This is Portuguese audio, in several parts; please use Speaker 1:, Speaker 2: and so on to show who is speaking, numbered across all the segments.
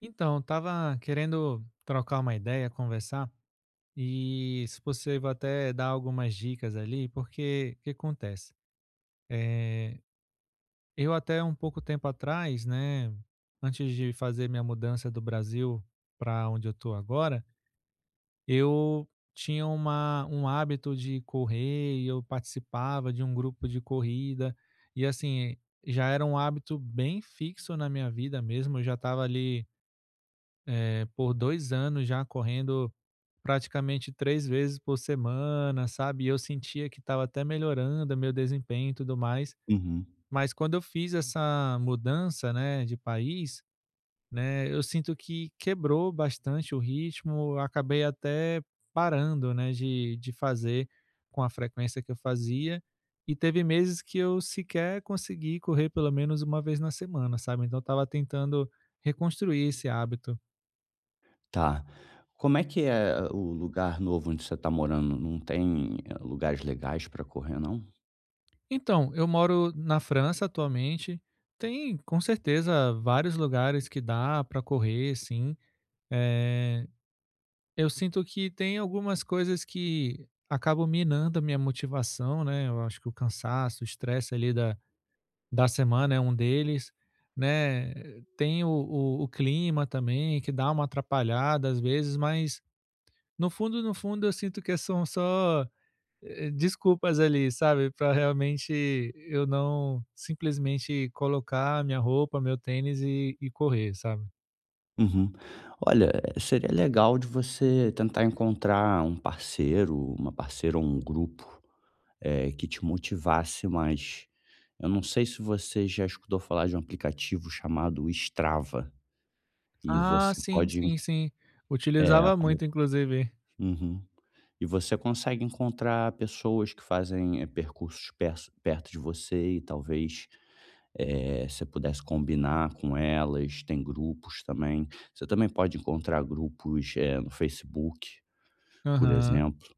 Speaker 1: Então, estava querendo trocar uma ideia, conversar e, se possível, até dar algumas dicas ali, porque o que acontece? Eh, eu até um pouco tempo atrás, né, antes de fazer minha mudança do Brasil para onde eu estou agora, eu tinha um hábito de correr e eu participava de um grupo de corrida e, assim, já era um hábito bem fixo na minha vida mesmo. Eu já estava ali, por 2 anos já correndo praticamente 3 vezes por semana, sabe, e eu sentia que estava até melhorando meu desempenho e tudo mais.
Speaker 2: Uhum,
Speaker 1: Mas quando eu fiz essa mudança, né, de país, né, eu sinto que quebrou bastante o ritmo, eu acabei até parando, né, de fazer com a frequência que eu fazia, e teve meses que eu sequer consegui correr pelo menos uma vez na semana, sabe, então eu estava tentando reconstruir esse hábito.
Speaker 2: tá. Como é que é o lugar novo onde você está morando? Não tem, lugares legais para correr, não?
Speaker 1: Então, eu moro na França atualmente. Tem com certeza vários lugares que dá para correr, sim. Eh, eu sinto que tem algumas coisas que acabam minando a minha motivação, né? Eu acho que o cansaço, o estresse ali da semana é um deles, né? Tem o clima também que dá uma atrapalhada às vezes, mas no fundo, no fundo, eu sinto que são só desculpas ali, sabe, para realmente eu não simplesmente colocar minha roupa, meu tênis e correr, sabe.
Speaker 2: Uhum. Olha, seria legal de você tentar encontrar um parceiro, uma parceira ou um grupo, que te motivasse mais. Eu não sei se você já escutou falar de um aplicativo chamado Strava, e
Speaker 1: Ah,
Speaker 2: você
Speaker 1: sim,
Speaker 2: pode en
Speaker 1: sim, sim.
Speaker 2: É.
Speaker 1: Utilizava muito inclusive.
Speaker 2: Uhum. E você consegue encontrar pessoas que fazem, percursos perso perto de você e talvez, você pudesse combinar com elas. Tem grupos também. Você também pode encontrar grupos, no Facebook, por
Speaker 1: Aham.
Speaker 2: exemplo.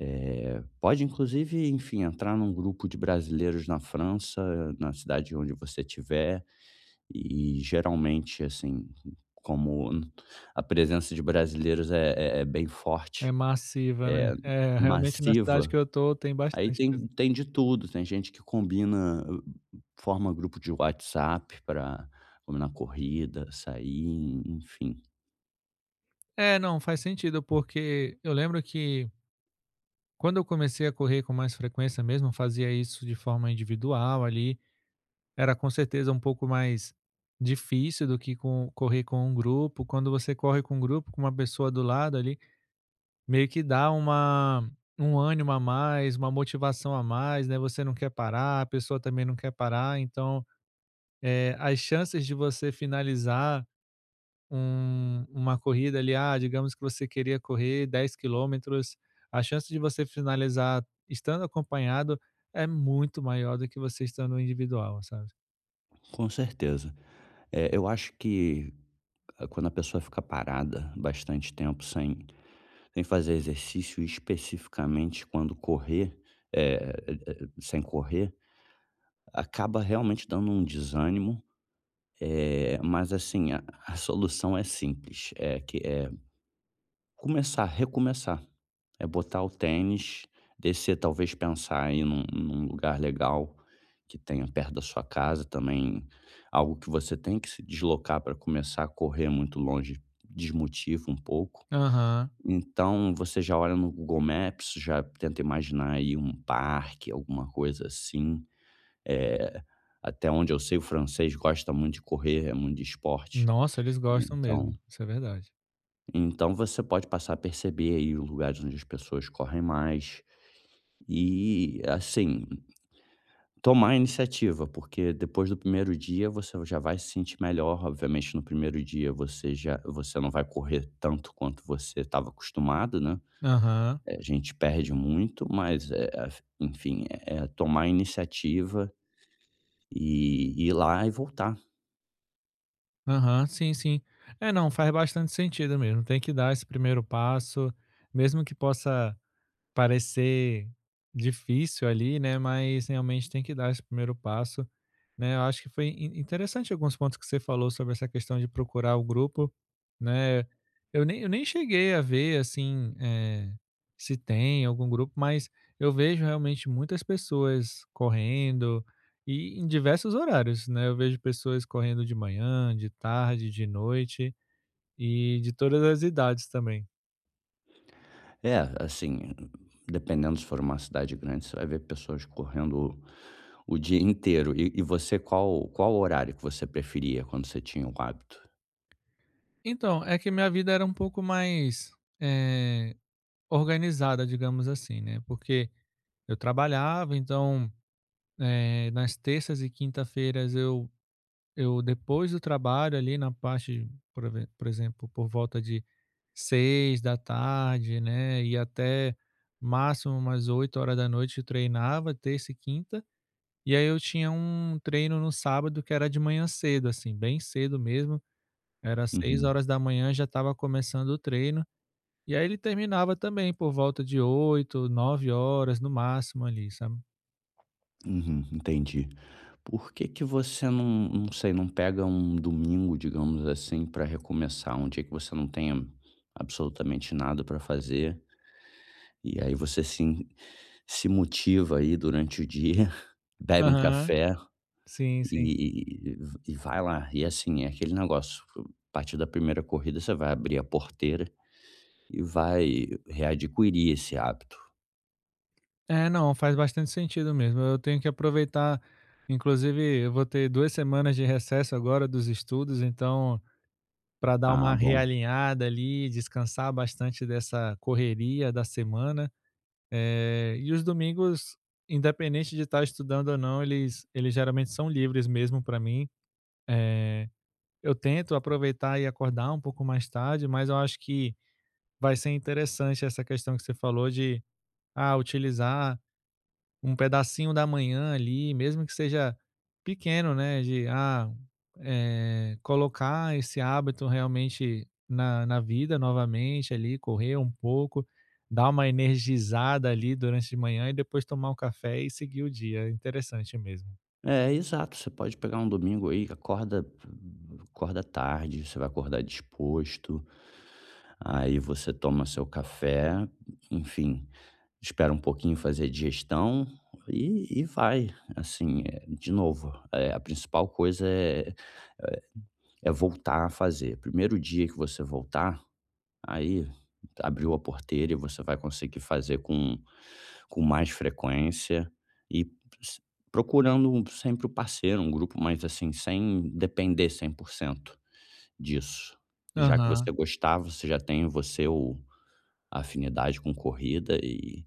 Speaker 2: Pode inclusive, enfim, entrar num grupo de brasileiros na França, na cidade onde você estiver, e geralmente, assim, como a presença de brasileiros é bem forte,
Speaker 1: É massiva, né.
Speaker 2: eh,
Speaker 1: É, realmente na cidade que
Speaker 2: massiva,
Speaker 1: eu tô tem
Speaker 2: aí
Speaker 1: bastante
Speaker 2: tem
Speaker 1: mesmo.
Speaker 2: tem de tudo, tem gente que combina, forma grupo de WhatsApp pra combinar corrida, sair, enfim.
Speaker 1: É, não, faz sentido, porque eu lembro que quando eu comecei a correr com mais frequência mesmo, eu fazia isso de forma individual ali. Era com certeza um pouco mais difícil do que com correr com um grupo. Quando você corre com um grupo, com uma pessoa do lado ali, meio que dá uma um ânimo a mais, uma motivação a mais, né, você não quer parar, a pessoa também não quer parar, então, as chances de você finalizar uma corrida ali, ah, digamos que você queria correr 10 quilômetros, a chance de você finalizar estando acompanhado é muito maior do que você estando individual, sabe.
Speaker 2: Com certeza. Eu acho que quando a pessoa fica parada bastante tempo sem fazer exercício, especificamente quando correr, sem correr, acaba realmente dando um desânimo, mas assim, a solução é simples, é que é começar, recomeçar. É botar o tênis, descer, talvez pensar aí num lugar legal que tenha perto da sua casa também, algo que você tem que se deslocar para começar a correr muito longe desmotiva um pouco.
Speaker 1: Aham.
Speaker 2: Então você já olha no Google Maps, já tenta imaginar aí um parque, alguma coisa assim. Eh, até onde eu sei, o francês gosta muito de correr, é muito de esporte.
Speaker 1: Nossa, eles gostam
Speaker 2: Então
Speaker 1: mesmo, isso é verdade.
Speaker 2: você pode passar a perceber aí os lugares onde as pessoas correm mais e, assim, tomar a iniciativa, porque depois do primeiro dia você já vai se sentir melhor. Obviamente, no primeiro dia você não vai correr tanto quanto você estava acostumado, né?
Speaker 1: Aham,
Speaker 2: A gente perde muito, mas, af enfim, é tomar a iniciativa e ir lá e voltar.
Speaker 1: aham, sim, sim. É, não, faz bastante sentido mesmo, tem que dar esse primeiro passo, mesmo que possa parecer difícil ali, né, mas realmente tem que dar esse primeiro passo, né. Eu acho que foi in interessante alguns pontos que você falou sobre essa questão de procurar o grupo, né. Eu nem cheguei a ver, assim, se tem algum grupo, mas eu vejo realmente muitas pessoas correndo e em diversos horários, né. Eu vejo pessoas correndo de manhã, de tarde, de noite e de todas as idades também.
Speaker 2: É, assim, dependendo se for uma cidade grande, você vai ver pessoas correndo o dia inteiro. E você, qual horário que você preferia quando você tinha o hábito?
Speaker 1: Então, é que minha vida era um pouco mais, eh, organizada, digamos assim, né, porque eu trabalhava, então, nas terças e quinta-feiras eu depois do trabalho ali na parte, por exemplo, por volta de 6 da tarde, né, e até máximo umas 20h, treinava terça e quinta, e aí eu tinha um treino no sábado que era de manhã cedo, assim, bem cedo mesmo, era seis
Speaker 2: Uhum,
Speaker 1: horas da manhã já estava começando o treino, e aí ele terminava também por volta de 8, 9 horas no máximo ali, sabe.
Speaker 2: uhum, entendi. Por que que você não, não sei, não pega um domingo, digamos assim, para recomeçar, um dia que você não tenha absolutamente nada para fazer, e aí você se motiva aí durante o dia, bebe um
Speaker 1: Aham.
Speaker 2: café,
Speaker 1: Sim, sim.
Speaker 2: E e vai lá. E, assim, é aquele negócio, a partir da primeira corrida você vai abrir a porteira e vai readquirir esse hábito.
Speaker 1: É, não, faz bastante sentido mesmo. Eu tenho que aproveitar, inclusive eu vou ter 2 semanas de recesso agora dos estudos, então para dar
Speaker 2: Ah,
Speaker 1: uma
Speaker 2: bom,
Speaker 1: realinhada ali, descansar bastante dessa correria da semana, e os domingos, independente de estar estudando ou não, eles geralmente são livres mesmo para mim. Eu tento aproveitar e acordar um pouco mais tarde, mas eu acho que vai ser interessante essa questão que você falou de, ah, utilizar um pedacinho da manhã ali, mesmo que seja pequeno, né, de, ah, colocar esse hábito realmente na vida novamente ali, correr um pouco, dar uma energizada ali durante de manhã e depois tomar um café e seguir o dia. Interessante mesmo.
Speaker 2: é, exato, você pode pegar um domingo aí, acorda tarde, você vai acordar disposto, aí você toma seu café, enfim, espera um pouquinho fazer a digestão e vai. Assim, de novo, a principal coisa é voltar a fazer. Primeiro dia que você voltar, aí abriu a porteira e você vai conseguir fazer com mais frequência e s procurando um sempre o parceiro, um grupo, mais assim, sem depender 100% disso. Já que
Speaker 1: Aham,
Speaker 2: você gostar, você já tem você o a afinidade com corrida e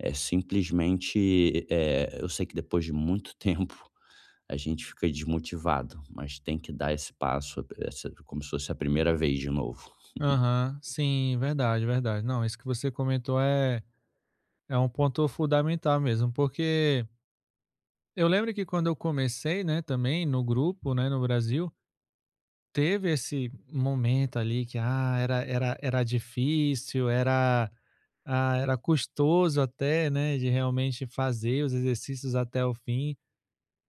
Speaker 2: é simplesmente, eu sei que depois de muito tempo a gente fica desmotivado, mas tem que dar esse passo, essa como se fosse a primeira vez de novo.
Speaker 1: aham. Sim, verdade, verdade. Não, isso que você comentou É um ponto fundamental mesmo, porque eu lembro que quando eu comecei, né, também no grupo, né, no Brasil, teve esse momento ali que, ah, era difícil, era custoso até, né, de realmente fazer os exercícios até o fim,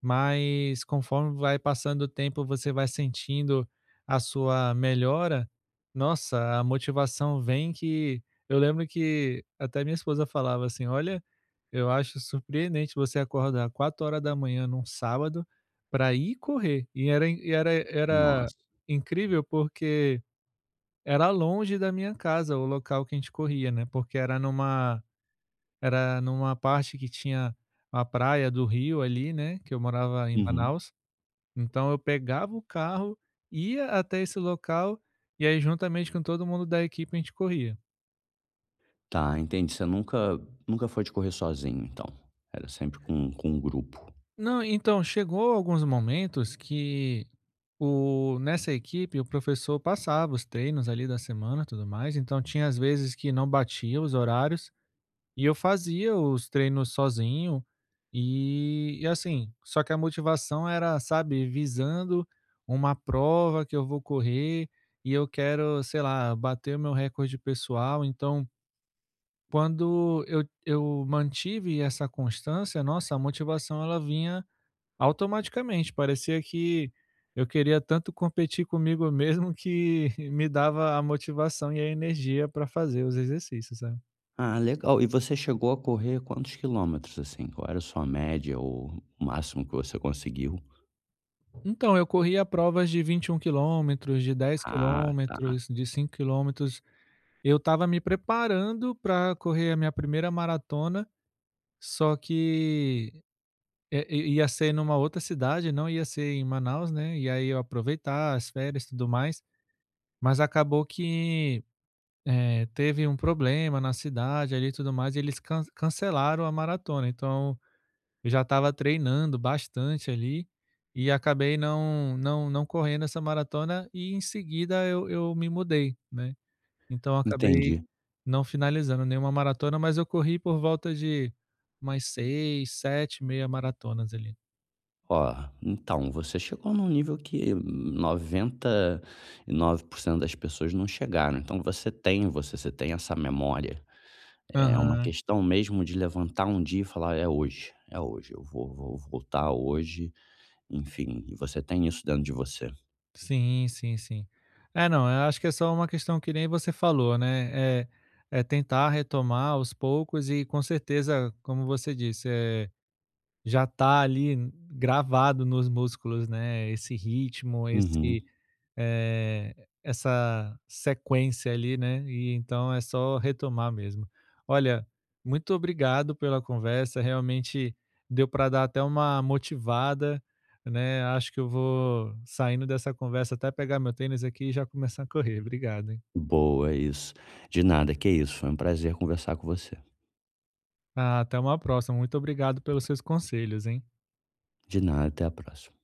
Speaker 1: mas conforme vai passando o tempo, você vai sentindo a sua melhora. Nossa, a motivação vem que eu lembro que até minha esposa falava assim: "Olha, eu acho surpreendente você acordar 4 horas da manhã num sábado para ir correr. E era
Speaker 2: Nossa.
Speaker 1: incrível, porque era longe da minha casa o local que a gente corria, né, porque era numa parte que tinha a praia do rio ali, né, que eu morava em
Speaker 2: Uhum.
Speaker 1: Manaus. Então eu pegava o carro, ia até esse local, e aí juntamente com todo mundo da equipe a gente corria.
Speaker 2: Tá, entendi. Você nunca foi de correr sozinho, então. Era sempre com um grupo.
Speaker 1: Não, então, chegou alguns momentos que o nessa equipe o professor passava os treinos ali da semana e tudo mais, então tinha às vezes que não batia os horários, e eu fazia os treinos sozinho, e assim, só que a motivação era, sabe, visando uma prova que eu vou correr, e eu quero, sei lá, bater o meu recorde pessoal, então quando eu mantive essa constância, nossa, a motivação ela vinha automaticamente, parecia que eu queria tanto competir comigo mesmo que me dava a motivação e a energia para fazer os exercícios, sabe.
Speaker 2: Ah, legal. E você chegou a correr quantos quilômetros, assim? Qual era a sua média ou o máximo que você conseguiu?
Speaker 1: Então, eu corria provas de 21 quilômetros, de dez
Speaker 2: Ah, tá.
Speaker 1: quilômetros, de 5 quilômetros. Eu estava me preparando para correr a minha primeira maratona, só que, eh, i ia ser numa outra cidade, não ia ser em Manaus, né, e aí eu aproveitar as férias e tudo mais, mas acabou que teve um problema na cidade ali e tudo mais, e eles cancelaram a maratona, então eu já estava treinando bastante ali, e acabei não correndo essa maratona e em seguida eu me mudei, né. Então eu acabei
Speaker 2: Entendi.
Speaker 1: não finalizando nenhuma maratona, mas eu corri por volta de mais 6 7 meia maratonas ali.
Speaker 2: Ó, então, você chegou num nível que 99% das pessoas não chegaram. Então você tem essa memória. É uma
Speaker 1: Aham.
Speaker 2: questão mesmo de levantar um dia e falar: é hoje, eu vou voltar hoje", enfim, e você tem isso dentro de você.
Speaker 1: Sim, sim, sim. É, não, eu acho que é só uma questão que nem você falou, né? É, é tentar retomar aos poucos e com certeza, como você disse, é, já tá ali gravado nos músculos, né? Esse ritmo,
Speaker 2: Uhum.
Speaker 1: essa sequência ali, né? E então é só retomar mesmo. Olha, muito obrigado pela conversa, realmente deu para dar até uma motivada, né? Acho que eu vou saindo dessa conversa até pegar meu tênis aqui e já começar a correr. Obrigado, hein?
Speaker 2: Boa, é isso. De nada, que isso, foi um prazer conversar com você.
Speaker 1: Ah, até uma próxima. Muito obrigado pelos seus conselhos, hein?
Speaker 2: De nada, até a próxima.